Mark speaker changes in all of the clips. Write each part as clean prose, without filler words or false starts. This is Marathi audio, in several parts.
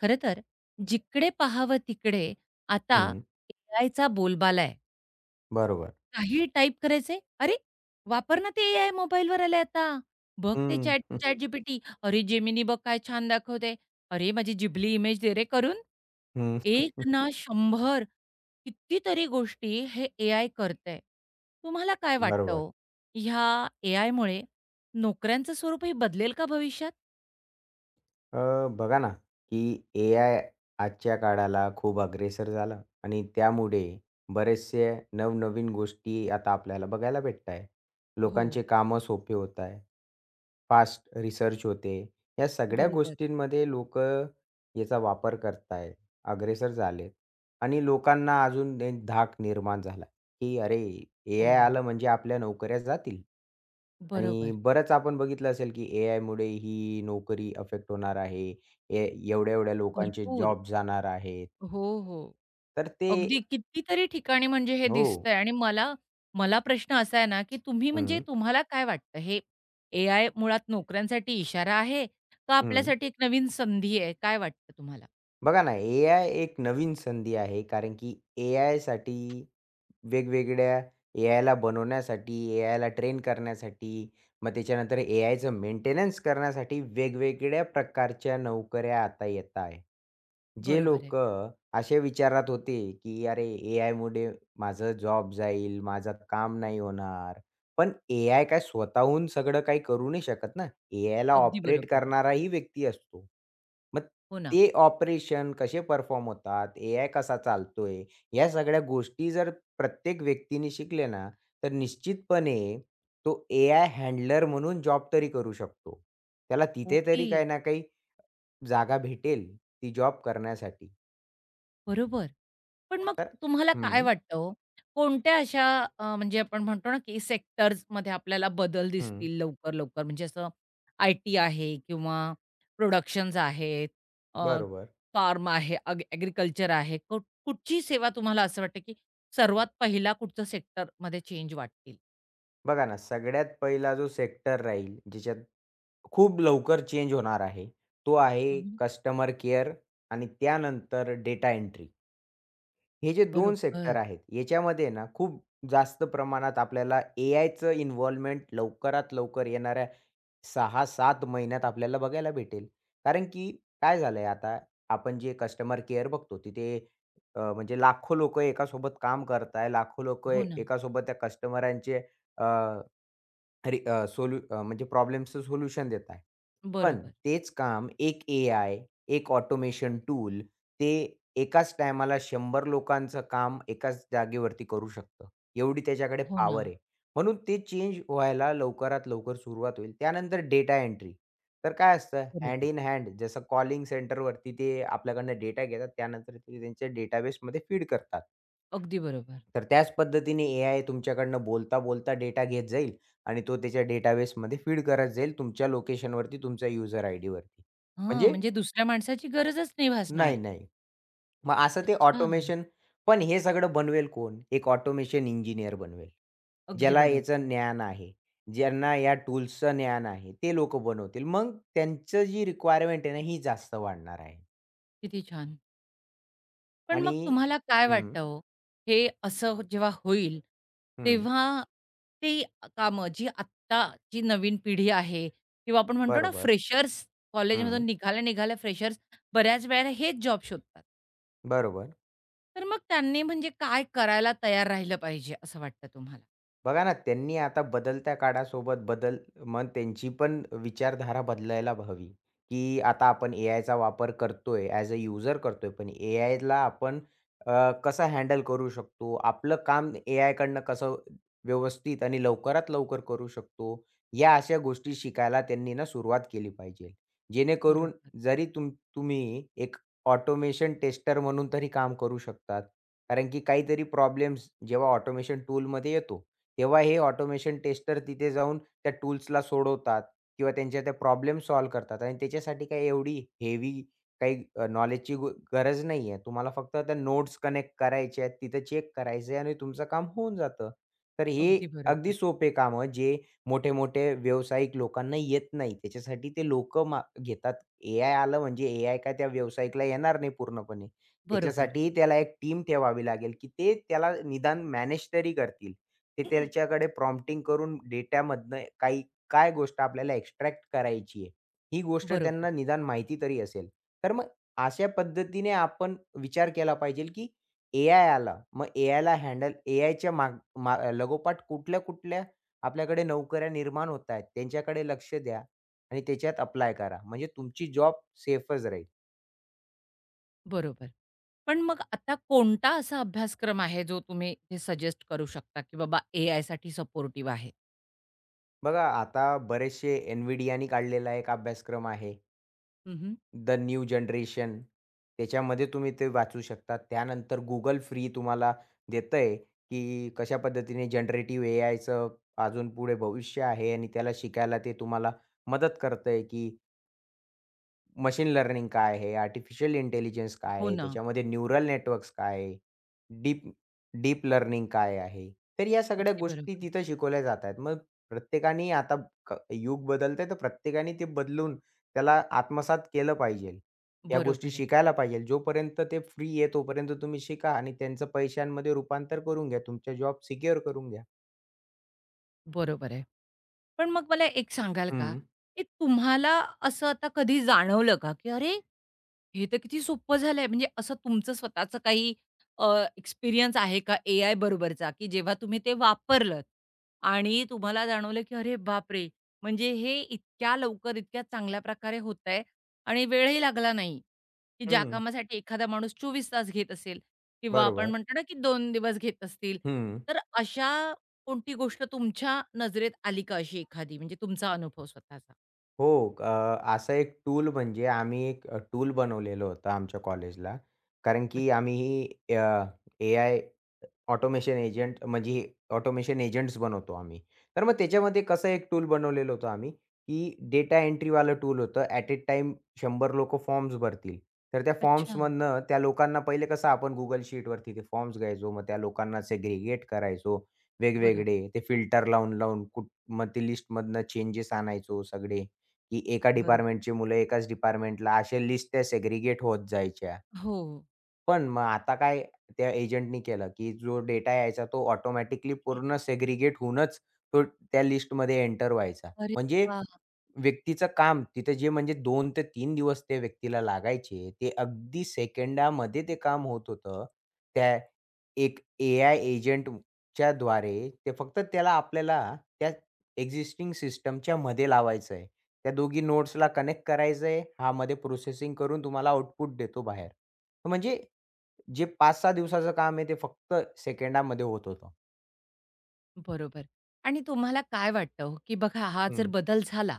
Speaker 1: खरं तर जिकडे पाहावं तिकडे आता
Speaker 2: हं,
Speaker 1: एआयचा बोलबाला आहे.
Speaker 2: बरोबर.
Speaker 1: काही टाइप करायचंय, "अरे, वापर ना ते एआय मोबाईलवर आलंय आता. बघ ते
Speaker 2: हं,
Speaker 1: चॅट
Speaker 2: हं,
Speaker 1: ChatGPT. अरे, जेमिनी बघ काय छान दाखवतंय. अरे, माझी जिबली इमेज दे रे करून."
Speaker 2: हं,
Speaker 1: एक ना शंभर कितीतरी गोष्टी हे एआय करतंय. तुम्हाला काय वाटतं
Speaker 2: बरोबर.
Speaker 1: हो, ह्या एआयमुळे नोकऱ्यांचं स्वरूपही बदलेल का भविष्यात?
Speaker 2: अ, बघा ना, की एआय आजच्या काळाला खूप अग्रेसर झाला आणि त्यामुळे बरेचसे नवनवीन गोष्टी आता आपल्याला बघायला भेटत आहे.
Speaker 1: हो.
Speaker 2: लोकांचे कामं सोपे होत आहे. फास्ट रिसर्च होते. या सगळ्या
Speaker 1: बरोबर.
Speaker 2: गोष्टींमध्ये लोक याचा वापर करत आहे. अग्रेसर झालेत आणि लोकांना अजून एक धाक निर्माण झाला, की अरे, एआय
Speaker 1: हो,
Speaker 2: आलं म्हणजे आपल्या नोकऱ्या जातील. आणि
Speaker 1: बरोबर.
Speaker 2: बरंच आपण बघितलं असेल, की एआयमुळे ही नोकरी अफेक्ट होणार आहे. ए एवढ्या-एवढ्या लोकांचे
Speaker 1: भरपूर.
Speaker 2: जॉब जाणार आहेत.
Speaker 1: हो, हो.
Speaker 2: तर ते
Speaker 1: अगदी कितीतरी ठिकाणी म्हणजे हे
Speaker 2: हो.
Speaker 1: दिसतंय आणि मला मला प्रश्न असा आहे ना, की तुम्ही म्हणजे
Speaker 2: हं,
Speaker 1: तुम्हाला काय वाटतं हे एआय मुळात नोकऱ्यांसाठी इशारा आहे का
Speaker 2: हं.
Speaker 1: आपल्यासाठी एक नवीन संधी आहे? काय वाटतं तुम्हाला?
Speaker 2: बघा ना, ए-आय एक नवीन संधी आहे. कारण की ए-आयसाठी वेगवेगळ्या ए-आयला बनवण्यासाठी, ए-आयला ट्रेन करण्यासाठी, मग त्याच्यानंतर ए-आयचं मेंटेनन्स करण्यासाठी वेगवेगळ्या प्रकारच्या नोकऱ्या आता येत आहे. जे
Speaker 1: बरोबर आहे.
Speaker 2: लोक असे विचारात होते, की "अरे, ए-आयमुळे माझं जॉब जाईल, माझं काम नाही होणार." पण ए-आय काय स्वतःहून सगळं काही करू नाही शकत ना. एआयला
Speaker 1: अगदी
Speaker 2: ऑपरेट
Speaker 1: बरोबर.
Speaker 2: करणाराही व्यक्ती असतो. मग
Speaker 1: हो ना.
Speaker 2: ते ऑपरेशन कसे परफॉर्म होतात, एआय कसा चालतोय, या सगळ्या गोष्टी जर प्रत्येक व्यक्तीने शिकले ना, तर निश्चितपणे तो एआय हँडलर म्हणून जॉब तरी करू शकतो. त्याला तिथे
Speaker 1: ओके.
Speaker 2: तरी काही ना काही जागा भेटेल, ती जॉब करण्यासाठी.
Speaker 1: बरोबर. पण मग
Speaker 2: तर
Speaker 1: तुम्हाला काय
Speaker 2: हं,
Speaker 1: वाटतं हो, कोणत्या अशा म्हणजे आपण म्हणतो ना, की सेक्टर्समध्ये आपल्याला बदल
Speaker 2: हं.
Speaker 1: दिसतील लवकर-लवकर? म्हणजे असं आय-टी आहे किंवा प्रोडक्शन्स आहेत, अ,
Speaker 2: बरोबर.
Speaker 1: फार्म आहे, आहे. कुठची सेवा तुम्हाला असं वाटतं, की सर्वात पहिला कुठचं सेक्टरमध्ये चेंज वाटतील?
Speaker 2: बघा ना, सगळ्यात पहिला जो सेक्टर राहील, ज्याच्यात खूप लवकर चेंज होणार आहे. तो आहे
Speaker 1: हं,
Speaker 2: कस्टमर केअर आणि त्यानंतर डेटा एंट्री. हे जे 2 सेक्टर
Speaker 1: बरोबर.
Speaker 2: आहेत, याच्यामध्ये ना खूप जास्त प्रमाणात आपल्याला एआयचं इन्व्हॉल्वमेंट लवकरात लवकर येणाऱ्या 6-7 महिन्यात आपल्याला बघायला भेटेल. कारण की काय झालंय आता आपण जे कस्टमर केअर बघतो तिथे म्हणजे लाखो लोकं एकासोबत काम करताय. लाखो लोकं
Speaker 1: हो ना.
Speaker 2: एकासोबत त्या कस्टमरांचे अरे अ, सोल्यू अ, म्हणजे प्रॉब्लेम्सचं सोल्युशन देत आहे. पण
Speaker 1: बरोबर.
Speaker 2: तेच काम एक एआय, एक ऑटोमेशन टूल ते एकाच टायमाला 100 लोकांचं काम एकाच जागेवरती करू शकतं. एवढी त्याच्याकडे
Speaker 1: हो ना.
Speaker 2: पॉवर आहे. म्हणून ते चेंज व्हायला लवकरात लवकर सुरुवात होईल. त्यानंतर डेटा एंट्री. तर काय असतं हँड
Speaker 1: बरोबर.
Speaker 2: इन हँड जसं कॉलिंग सेंटरवरती ते आपल्याकडनं डेटा घेतात त्यानंतर ते त्यांच्या डेटाबेसमध्ये फीड करतात.
Speaker 1: अगदी बरोबर.
Speaker 2: तर त्याच पद्धतीने एआय तुमच्याकडनं बोलता, बोलता डेटा घेत जाईल आणि तो त्याच्या डेटाबेसमध्ये फीड करत जाईल तुमच्या लोकेशनवरती, तुमच्या युजर आयडीवरती.
Speaker 1: हां,
Speaker 2: म्हणजे
Speaker 1: म्हणजे दुसऱ्या माणसाची गरजच नाही भासणार.
Speaker 2: नाही, नाही. मग असं ते
Speaker 1: अच्छा.
Speaker 2: ऑटोमेशन पण हे सगळं बनवेल कोण? एक ऑटोमेशन इंजिनिअर बनवेल.
Speaker 1: अगदी
Speaker 2: ज्याला
Speaker 1: बरोबर.
Speaker 2: याचं ज्ञान आहे. ज्यांना या टूल्सचं ज्ञान आहे, ते लोकं बनवतील. मग त्यांचं जी रिक्वायरमेंट आहे ना, ही जास्त वाढणार आहे.
Speaker 1: किती छान. पण
Speaker 2: आणि
Speaker 1: मग तुम्हाला काय
Speaker 2: हं,
Speaker 1: वाटतं हो, हे असं हो, जेव्हा होईल,
Speaker 2: हं.
Speaker 1: तेव्हा ते कामं जी आत्ताची नवीन पिढी आहे किंवा आपण म्हणतो ना
Speaker 2: बरोबर.
Speaker 1: फ्रेशर्स कॉलेजमधून
Speaker 2: हं.
Speaker 1: निघाल्या-निघाल्या फ्रेशर्स बऱ्याच वेळेला हेच जॉब शोधतात.
Speaker 2: बरोबर.
Speaker 1: तर मग त्यांनी म्हणजे काय करायला तयार राहिलं पाहिजे असं वाटतं तुम्हाला?
Speaker 2: बघा ना, त्यांनी आता बदलत्या काळासोबत बदल मग त्यांची पण विचारधारा बदलायला हवी, की आता आपण एआयचा वापर करतोय, ॲज अ यूजर करतोय, पण एआयला आपण कसं हँडल करू शकतो? आपलं काम एआयकडनं कसं व्यवस्थित आणि लवकरात लवकर करू शकतो? या अशा गोष्टी शिकायला त्यांनी ना सुरुवात केली पाहिजे. जेणेकरून
Speaker 1: बरोबर.
Speaker 2: जरी तुम्ही एक ऑटोमेशन टेस्टर म्हणून तरी काम करू शकतात. कारण की काहीतरी प्रॉब्लेम्स जेव्हा ऑटोमेशन टूलमध्ये येतो, तेव्हा हे ऑटोमेशन टेस्टर तिथे जाऊन त्या टूल्सला सोडवतात किंवा त्यांच्या त्या प्रॉब्लेम सॉल्व्ह करतात आणि त्याच्यासाठी काही एवढी हेवी काही नॉलेजची गरज नाही आहे. तुम्हाला फक्त त्या नोट्स कनेक्ट करायचे आहेत, तिथे चेक करायचं आहे आणि तुमचं काम होऊन जातं. तर हे
Speaker 1: अगदी
Speaker 2: अगदी
Speaker 1: बरोबर.
Speaker 2: सोपे कामं जे मोठे-मोठे व्यावसायिक लोकांना येत नाही. त्याच्यासाठी ते लोकं मा घेतात. एआय आलं म्हणजे एआय काय त्या व्यावसायिकला येणार नाही पूर्णपणे.
Speaker 1: बरोबर.
Speaker 2: त्याच्यासाठी त्याला एक टीम ठेवावी लागेल, की ते त्याला निदान मॅनेज तरी करतील. ते त्याच्याकडे प्रॉम्प्टिंग करून डेटामधनं काही काय गोष्ट आपल्याला एक्स्ट्रॅक्ट करायची आहे, ही गोष्ट
Speaker 1: बरोबर,
Speaker 2: त्यांना निदान माहिती तरी असेल. तर मग अशा पद्धतीने आपण विचार केला पाहिजे, की एआय आला, मग एआयला हँडल एआयच्या माग मा लगोपाठ कुठल्या-कुठल्या आपल्याकडे नोकऱ्या निर्माण होत आहेत, त्यांच्याकडे लक्ष द्या आणि त्याच्यात अप्लाय करा. म्हणजे तुमची जॉब सेफच राहील.
Speaker 1: बरोबर. पण मग आता कोणता असा अभ्यासक्रम आहे जो तुम्ही सजेस्ट करू शकता की बाबा ए-आयसाठी सपोर्टिव्ह आहे?
Speaker 2: बघा आता बरेचसे NVIDIAनी काढलेला एक अभ्यासक्रम आहे.
Speaker 1: हं, हं.
Speaker 2: द न्यू जनरेशन त्याच्यामध्ये तुम्ही ते वाचू शकता. त्यानंतर Google फ्री तुम्हाला देतंय, की कशा पद्धतीने जनरेटिव्ह एआयचं अजून पुढे भविष्य आहे आणि त्याला शिकायला ते तुम्हाला मदत करतंय, की मशीन लर्निंग काय आहे? आर्टिफिशियल इंटेलिजन्स काय
Speaker 1: हो
Speaker 2: आहे?
Speaker 1: ना.
Speaker 2: त्याच्यामध्ये न्यूरल नेटवर्क्स काय आहे? डीप डीप लर्निंग काय आहे? तर या सगळ्या
Speaker 1: अगदी
Speaker 2: गोष्टी
Speaker 1: बरोबर.
Speaker 2: तिथं शिकवल्या जातात. मग प्रत्येकाने आता युग बदलतंय तर प्रत्येकाने ते बदलून त्याला आत्मसात केलं पाहिजे. या
Speaker 1: बरोबर
Speaker 2: गोष्टी
Speaker 1: आहे.
Speaker 2: शिकायला पाहिजे. जोपर्यंत ते फ्री आहे तोपर्यंत तुम्ही शिका आणि त्यांचं पैशांमध्ये रूपांतर करून घ्या. तुमचा जॉब सिक्युअर करून घ्या.
Speaker 1: बरोबर आहे. पण मग मला एक सांगाल का,
Speaker 2: हं.
Speaker 1: की तुम्हाला असं आता कधी जाणवलं का, की "अरे, हे तर किती सोपं झालंय." म्हणजे असं तुमचं स्वतःचं काही एक्सपिरियन्स आहे का एआय बरोबरचा, की जेव्हा तुम्ही ते वापरलत आणि तुम्हाला जाणवलं, की "अरे बापरे! म्हणजे हे इतक्या लवकर, इतक्या चांगल्या प्रकारे होतंय आणि वेळही लागला नाही." की ज्या
Speaker 2: हं.
Speaker 1: कामासाठी एखादा माणूस 24 तास घेत असेल किंवा आपण
Speaker 2: बरोबर.
Speaker 1: म्हणतो ना, की 2 दिवस घेत असतील.
Speaker 2: हं.
Speaker 1: तर अशा कोणती गोष्ट तुमच्या नजरेत आली का अशी एखादी? म्हणजे तुमचा अनुभव स्वतःचा?
Speaker 2: हो. असं एक टूल म्हणजे आम्ही एक टूल बनवलेलं होतं आमच्या कॉलेजला. कारण की
Speaker 1: अच्छा.
Speaker 2: आम्ही अ, एआय ऑटोमेशन एजंट म्हणजे ऑटोमेशन एजंट्स बनवतो आम्ही. तर मग त्याच्यामध्ये कसं एक टूल बनवलेलं होतं आम्ही, की डेटा एंट्रीवालं टूल होतं. ॲट अ टाईम 100 लोकं फॉर्म्स भरतील. तर त्या
Speaker 1: अच्छा.
Speaker 2: फॉर्म्समधनं त्या लोकांना पहिले कसं आपण Google शीटवरती ते फॉर्म्स घ्यायचो. मग त्या लोकांना सेग्रीगेट करायचो
Speaker 1: बरं,
Speaker 2: वेगवेगळे. ते फिल्टर लावून, लावून कुठ मग ते लिस्टमधनं चेंजेस आणायचो सगळे, की एका
Speaker 1: बरं.
Speaker 2: डिपार्टमेंटची मुलं एकाच डिपार्टमेंटला अशा लिस्ट त्या सेग्रीगेट होत जायच्या.
Speaker 1: हो.
Speaker 2: पण मग आता काय त्या एजंटनी केलं, की जो डेटा यायचा तो ऑटोमॅटिकली पूर्ण सेग्रीगेट होऊनच तो त्या लिस्टमध्ये एंटर व्हायचा.
Speaker 1: अरे
Speaker 2: म्हणजे
Speaker 1: वा,
Speaker 2: व्यक्तीचं काम तिथे जे म्हणजे 2 ते 3 दिवस त्या व्यक्तीला लागायचे, ते अगदी सेकंदामध्ये ते काम होत होतं. त्या एक एआय एजंटच्या द्वारे ते फक्त त्याला आपल्याला त्या एक्झिस्टिंग सिस्टमच्या मध्ये लावायचं आहे. त्या दोघी नोड्सला कनेक्ट करायचं आहे. हा मध्ये प्रोसेसिंग करून तुम्हाला आउटपुट देतो बाहेर. म्हणजे जे 5-6 दिवसाचं काम आहे ते फक्त सेकंडामध्ये होत होतं.
Speaker 1: बरोबर. आणि तुम्हाला काय वाटतं हो, की बघा हा जर
Speaker 2: हं,
Speaker 1: बदल झाला,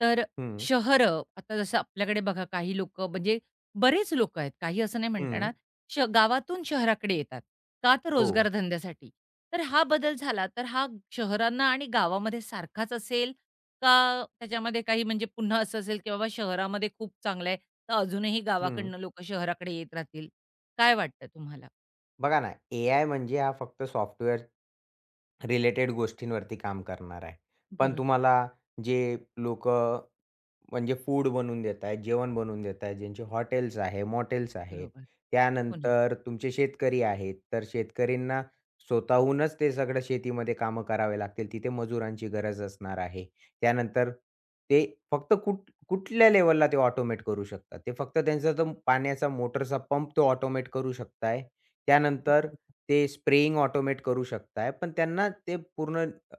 Speaker 1: तर
Speaker 2: हं,
Speaker 1: शहरं आता जसं आपल्याकडे बघा काही लोकं म्हणजे बरेच लोकं आहेत, काही असं नाही म्हणता
Speaker 2: हं.
Speaker 1: येणार, गावातून शहराकडे येतात. का तर
Speaker 2: हो.
Speaker 1: रोजगार धंद्यासाठी. तर हा बदल झाला, तर हा शहरांना आणि गावामध्ये सारखाच असेल का त्याच्यामध्ये काही म्हणजे पुन्हा असं असेल, की बाबा शहरामध्ये खूप चांगलं आहे, तर अजूनही
Speaker 2: हं.
Speaker 1: गावाकडनं लोकं शहराकडे येत राहतील? काय वाटतं तुम्हाला?
Speaker 2: बघा ना, एआय म्हणजे हा फक्त सॉफ्टवेअर रिलेटेड गोष्टींवरती काम करणार आहे. पण
Speaker 1: बरोबर,
Speaker 2: तुम्हाला जे लोकं म्हणजे फूड बनवून देत आहेत, जेवण बनवून देत आहेत, ज्यांचे हॉटेल्स आहे, मॉटेल्स आहेत.
Speaker 1: बरोबर. हो ना.
Speaker 2: त्यानंतर तुमचे शेतकरी आहेत, तर शेतकऱ्यांना स्वतःहूनच ते सगळं शेतीमध्ये कामं करावे लागतील. तिथे मजुरांची गरज असणार आहे. त्यानंतर ते फक्त कुठ कुठल्या लेव्हलला ते ऑटोमेट करू शकतात. ते फक्त त्यांचा तो पाण्याचा मोटरचा पंप तो ऑटोमेट करू शकत आहे. त्यानंतर
Speaker 1: बरोबर.
Speaker 2: ते स्प्रेइंग ऑटोमेट करू शकत पण त्यांना ते पूर्ण अ,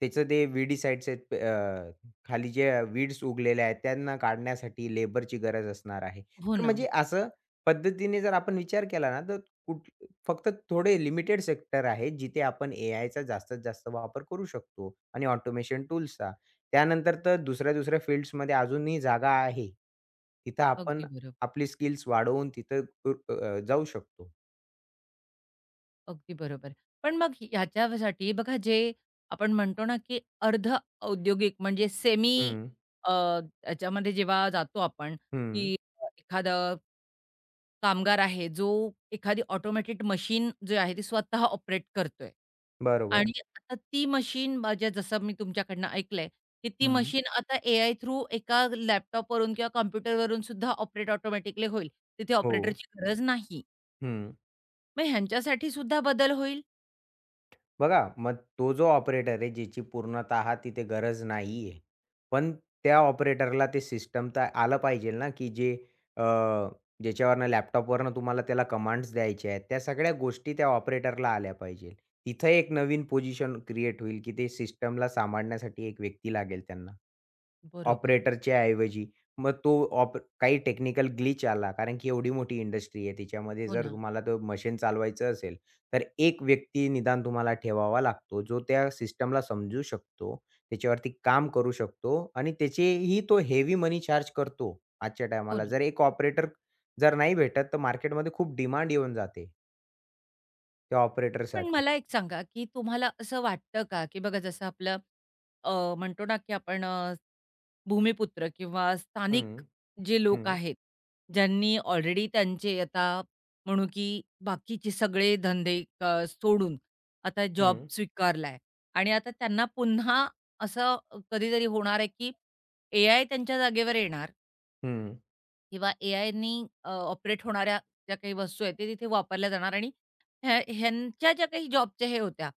Speaker 2: त्याचं ते व्हीडीसाइड्स आहेत खाली जे वीड्स उगलेल्या आहेत त्यांना काढण्यासाठी लेबरची गरज असणार आहे.
Speaker 1: हो
Speaker 2: तर
Speaker 1: ना.
Speaker 2: म्हणजे असं पद्धतीने जर आपण विचार केला ना, तर कुठ फक्त थोडे लिमिटेड सेक्टर आहेत, जिथे आपण एआयचा जास्तीत जास्त वापर करू शकतो आणि ऑटोमेशन टूल्सचा. त्यानंतर तर दुसऱ्या-दुसऱ्या फील्ड्समध्ये अजूनही जागा आहे. तिथं आपण
Speaker 1: अगदी बरोबर.
Speaker 2: आपली स्किल्स वाढवून तिथं अ, अ, जाऊ शकतो.
Speaker 1: अगदी बरोबर. पण मग ह्याच्यासाठी बघा जे आपण म्हणतो ना, की अर्ध औद्योगिक म्हणजे सेमी
Speaker 2: हं,
Speaker 1: अ, याच्यामध्ये जेव्हा जातो आपण, की
Speaker 2: हं.
Speaker 1: एखादं कामगार आहे, जो एखादी ऑटोमॅटेड मशीन जी आहे, ती स्वतः ऑपरेट करतोय. हं.
Speaker 2: बरोबर.
Speaker 1: आणि आता ती मशीन म्हणजे जसं मी तुमच्याकडनं ऐकलंय, की ती
Speaker 2: हं.
Speaker 1: मशीन आता एआय थ्रू एका लॅपटॉपवरून किंवा कॉम्प्युटरवरून सुद्धा ऑपरेट ऑटोमॅटिकली होईल. तिथे
Speaker 2: हो.
Speaker 1: ऑपरेटरची गरज नाही.
Speaker 2: हं.
Speaker 1: मग ह्यांच्यासाठी सुद्धा बदल होईल.
Speaker 2: बघा, मग तो जो ऑपरेटर आहे, ज्याची पूर्णतः तिथे गरज नाहीये. पण त्या ऑपरेटरला ते सिस्टम तर आलं पाहिजे ना, की जे अ, ज्याच्यावरनं लॅपटॉपवरनं तुम्हाला त्याला कमांड्स द्यायच्या आहेत, त्या सगळ्या गोष्टी त्या ऑपरेटरला आल्या पाहिजे. तिथं एक नवीन पोझिशन क्रिएट होईल, की ते सिस्टमला सांभाळण्यासाठी एक व्यक्ती लागेल त्यांना.
Speaker 1: बरोबर.
Speaker 2: ऑपरेटरच्या ऐवजी. मग तो काही टेक्निकल ग्लिच आला, कारण की एवढी मोठी इंडस्ट्री आहे. तिच्यामध्ये
Speaker 1: हो
Speaker 2: जर
Speaker 1: ना,
Speaker 2: तुम्हाला तो मशीन चालवायचं असेल, तर एक व्यक्ती निदान तुम्हाला ठेवावा लागतो, जो त्या सिस्टमला समजू शकतो, त्याच्यावरती काम करू शकतो आणि त्याचेही तो हेवी मनी चार्ज करतो आजच्या
Speaker 1: हो
Speaker 2: टायमाला.
Speaker 1: ना.
Speaker 2: जर एक ऑपरेटर जर नाही भेटत, तर मार्केटमध्ये खूप डिमांड येऊन जाते त्या
Speaker 1: पण
Speaker 2: ऑपरेटरसाठी.
Speaker 1: मला एक सांगा, की तुम्हाला असं वाटतं का, की बघा जसं आपलं अ, म्हणतो ना, की आपण भूमिपुत्र किंवा
Speaker 2: हं,
Speaker 1: स्थानिक जे लोक
Speaker 2: हं,
Speaker 1: आहेत, ज्यांनी ऑलरेडी त्यांचे आता म्हणू, की बाकीचे सगळे धंदे सोडून आता जॉब
Speaker 2: हं,
Speaker 1: स्वीकारलाय आणि आता त्यांना पुन्हा असं कधीतरी होणार आहे, की एआय त्यांच्या जागेवर येणार
Speaker 2: हं,
Speaker 1: किंवा एआयनी ऑपरेट होणाऱ्या ज्या काही वस्तू आहेत, ते तिथे वापरल्या जाणार आणि ह्यांच्या ज्या काही जॉबच्या हे होत्या,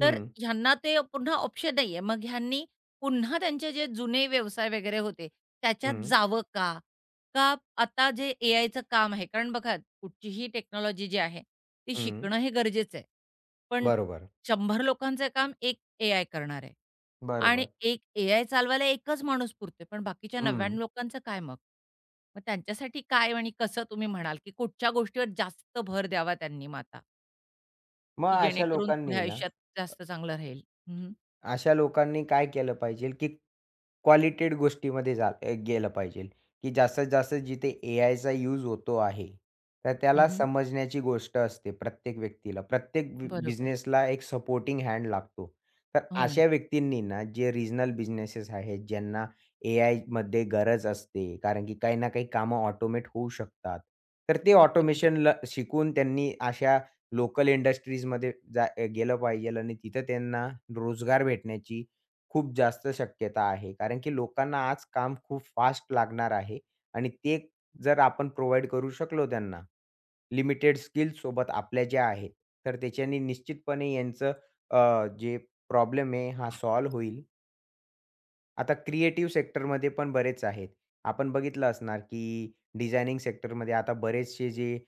Speaker 1: तर
Speaker 2: हं,
Speaker 1: ह्यांना ते पुन्हा ऑप्शन नाहीये. मग ह्यांनी पुन्हा त्यांचे जे जुने व्यवसाय वगैरे होते, त्याच्यात
Speaker 2: हं,
Speaker 1: जावं का? का आता जे एआयचं काम आहे कारण बघा कुठचीही टेक्नॉलॉजी जी आहे, ती
Speaker 2: हं.
Speaker 1: शिकणं हे गरजेचं आहे. पण
Speaker 2: बरोबर,
Speaker 1: 100 लोकांचं काम एक एआय करणार आहे. आणि
Speaker 2: बरोबर.
Speaker 1: एक एआय चालवायला एकच माणूस पुरतोय, पण बाकीच्या 99
Speaker 2: हं.
Speaker 1: लोकांचं काय मग? मग त्यांच्यासाठी काय आणि कसं तुम्ही म्हणाल, की कुठच्या गोष्टीवर जास्त भर द्यावा त्यांनी मग आता,
Speaker 2: मग
Speaker 1: की
Speaker 2: अशा
Speaker 1: जेणेकरून पुढे
Speaker 2: लोकांनी ना,
Speaker 1: आयुष्यात जास्त चांगलं राहील? हं, हं.
Speaker 2: अशा लोकांनी काय केलं पाहिजे, की क्वालिटेड गोष्टीमध्ये गेलं पाहिजे, की जास्तीत जास्त जिथे एआयचा यूज होतो आहे, तर त्याला
Speaker 1: हं,
Speaker 2: समजण्याची गोष्ट असते प्रत्येक व्यक्तीला. प्रत्येक
Speaker 1: बरोबर.
Speaker 2: बिझनेसला एक सपोर्टिंग हँड लागतो. तर
Speaker 1: हो ना.
Speaker 2: अशा व्यक्तींनी ना, जे रिजनल बिझनेसेस आहेत, ज्यांना एआयमध्ये गरज असते, कारण की काही ना काही कामं ऑटोमेट होऊ शकतात. तर ते
Speaker 1: अगदी बरोबर.
Speaker 2: ऑटोमेशनला शिकून त्यांनी अशा लोकल इंडस्ट्रीजमध्ये गेलं पाहिजे आणि तिथं त्यांना रोजगार भेटण्याची खूप जास्त शक्यता आहे. कारण की लोकांना आज काम खूप फास्ट लागणार आहे आणि ते जर आपण प्रोव्हाईड करू शकलो त्यांना, लिमिटेड स्किल्ससोबत आपल्या ज्या आहेत, तर त्याच्याने निश्चितपणे यांचं जे प्रॉब्लेम आहे हा सॉल्व्ह होईल आता क्रिएटिव्ह सेक्टरमध्ये पण बरेच आहेत. आपण बघितलं असणार, की डिझायनिंग सेक्टरमध्ये आता बरेचसे जे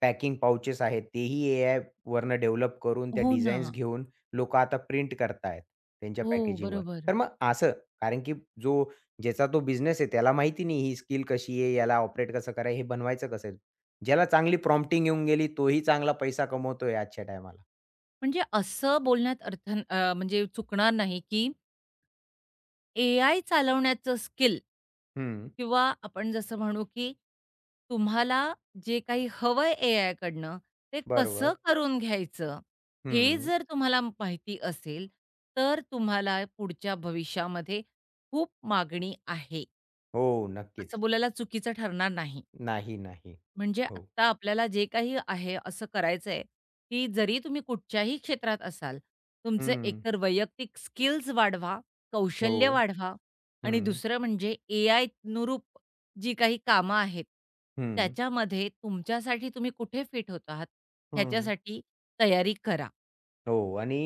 Speaker 2: पॅकिंग पाउचेस आहेत, तेही एआयवरनं डेव्हलप करून त्या
Speaker 1: हो ना.
Speaker 2: डिझाईन्स घेऊन लोकं आता प्रिंट करतायत त्यांच्या
Speaker 1: हो,
Speaker 2: पॅकेजिंगवर.
Speaker 1: बरोबर.
Speaker 2: तर मग असं कारण की जो ज्याचा तो बिझनेस आहे त्याला माहिती नाही ही स्किल कशी आहे, याला ऑपरेट कसं करायचं, हे बनवायचं कसं आहे? ज्याला चांगली प्रॉम्प्टिंग येऊन गेली, तोही चांगला पैसा कमवतोय आजच्या टायमाला.
Speaker 1: म्हणजे असं बोलण्यात अर्थ म्हणजे चुकणार नाही, की एआय चालवण्याचं स्किल
Speaker 2: हं,
Speaker 1: किंवा आपण जसं म्हणू, की तुम्हाला जे काही हवंय एआयकडनं, ते कसं
Speaker 2: बरोबर.
Speaker 1: करून घ्यायचं, हे
Speaker 2: हं.
Speaker 1: जर तुम्हाला माहिती असेल, तर तुम्हाला पुढच्या भविष्यामध्ये खूप मागणी आहे,
Speaker 2: हो,
Speaker 1: असं
Speaker 2: नक्कीच.
Speaker 1: बोलायला चुकीचं ठरणार नाही.
Speaker 2: नाही, नाही.
Speaker 1: म्हणजे
Speaker 2: हो.
Speaker 1: आत्ता आपल्याला जे काही आहे असं करायचंय, की जरी तुम्ही कुठच्याही क्षेत्रात असाल, तुमचे
Speaker 2: हं.
Speaker 1: एकतर वैयक्तिक स्किल्स वाढवा,
Speaker 2: हो.
Speaker 1: कौशल्य वाढवा आणि
Speaker 2: हं,
Speaker 1: दुसरं म्हणजे एआयनुरूप जी काही कामं आहेत,
Speaker 2: हं,
Speaker 1: त्याच्यामध्ये तुमच्यासाठी तुम्ही कुठे फिट होत आहात,
Speaker 2: हं.
Speaker 1: ह्याच्यासाठी तयारी करा.
Speaker 2: हो आणि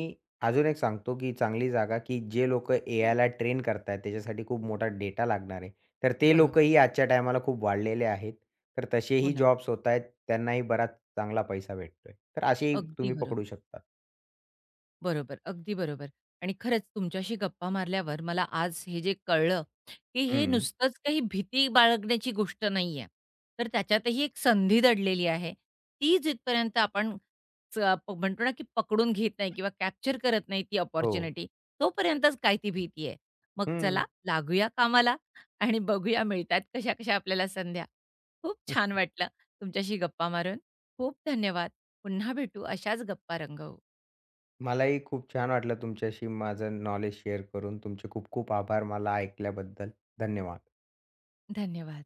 Speaker 2: अजून एक सांगतो, की चांगली जागा, की जे लोकं एआयला ट्रेन करतायत, त्याच्यासाठी खूप मोठा डेटा लागणार आहे. तर ते
Speaker 1: बरोबर.
Speaker 2: लोकंही आजच्या टायमाला खूप वाढलेले आहेत. तर
Speaker 1: हो
Speaker 2: तसेही
Speaker 1: ना.
Speaker 2: जॉब्स होत आहेत. त्यांनाही बराच चांगला पैसा भेटतोय. तर असेही
Speaker 1: अगदी
Speaker 2: तुम्ही पकडू
Speaker 1: बरोबर.
Speaker 2: शकता.
Speaker 1: बरोबर. अगदी बरोबर. आणि खरंच तुमच्याशी गप्पा मारल्यावर मला आज हे जे कळलं, की हे
Speaker 2: हं.
Speaker 1: नुसतंच काही भीती बाळगण्याची गोष्ट नाहीये. तर त्याच्यातही एक संधी दडलेली आहे. ती जिथपर्यंत आपण च म्हणतो ना, की पकडून घेत नाही किंवा कॅप्चर करत नाही ती
Speaker 2: हो.
Speaker 1: अपॉर्च्युनिटी, तोपर्यंतच काय ती भीती आहे. मग
Speaker 2: हं.
Speaker 1: चला लागूया कामाला आणि बघूया मिळतात कशा-कशा आपल्याला संध्या. खूप छान वाटलं तुमच्याशी गप्पा मारून. खूप धन्यवाद. पुन्हा भेटू अशाच गप्पा रंगवू.
Speaker 2: मलाही खूप छान वाटलं तुमच्याशी माझं नॉलेज शेअर करून. तुमचे खूप खूप आभार मला ऐकल्याबद्दल. धन्यवाद.
Speaker 1: धन्यवाद.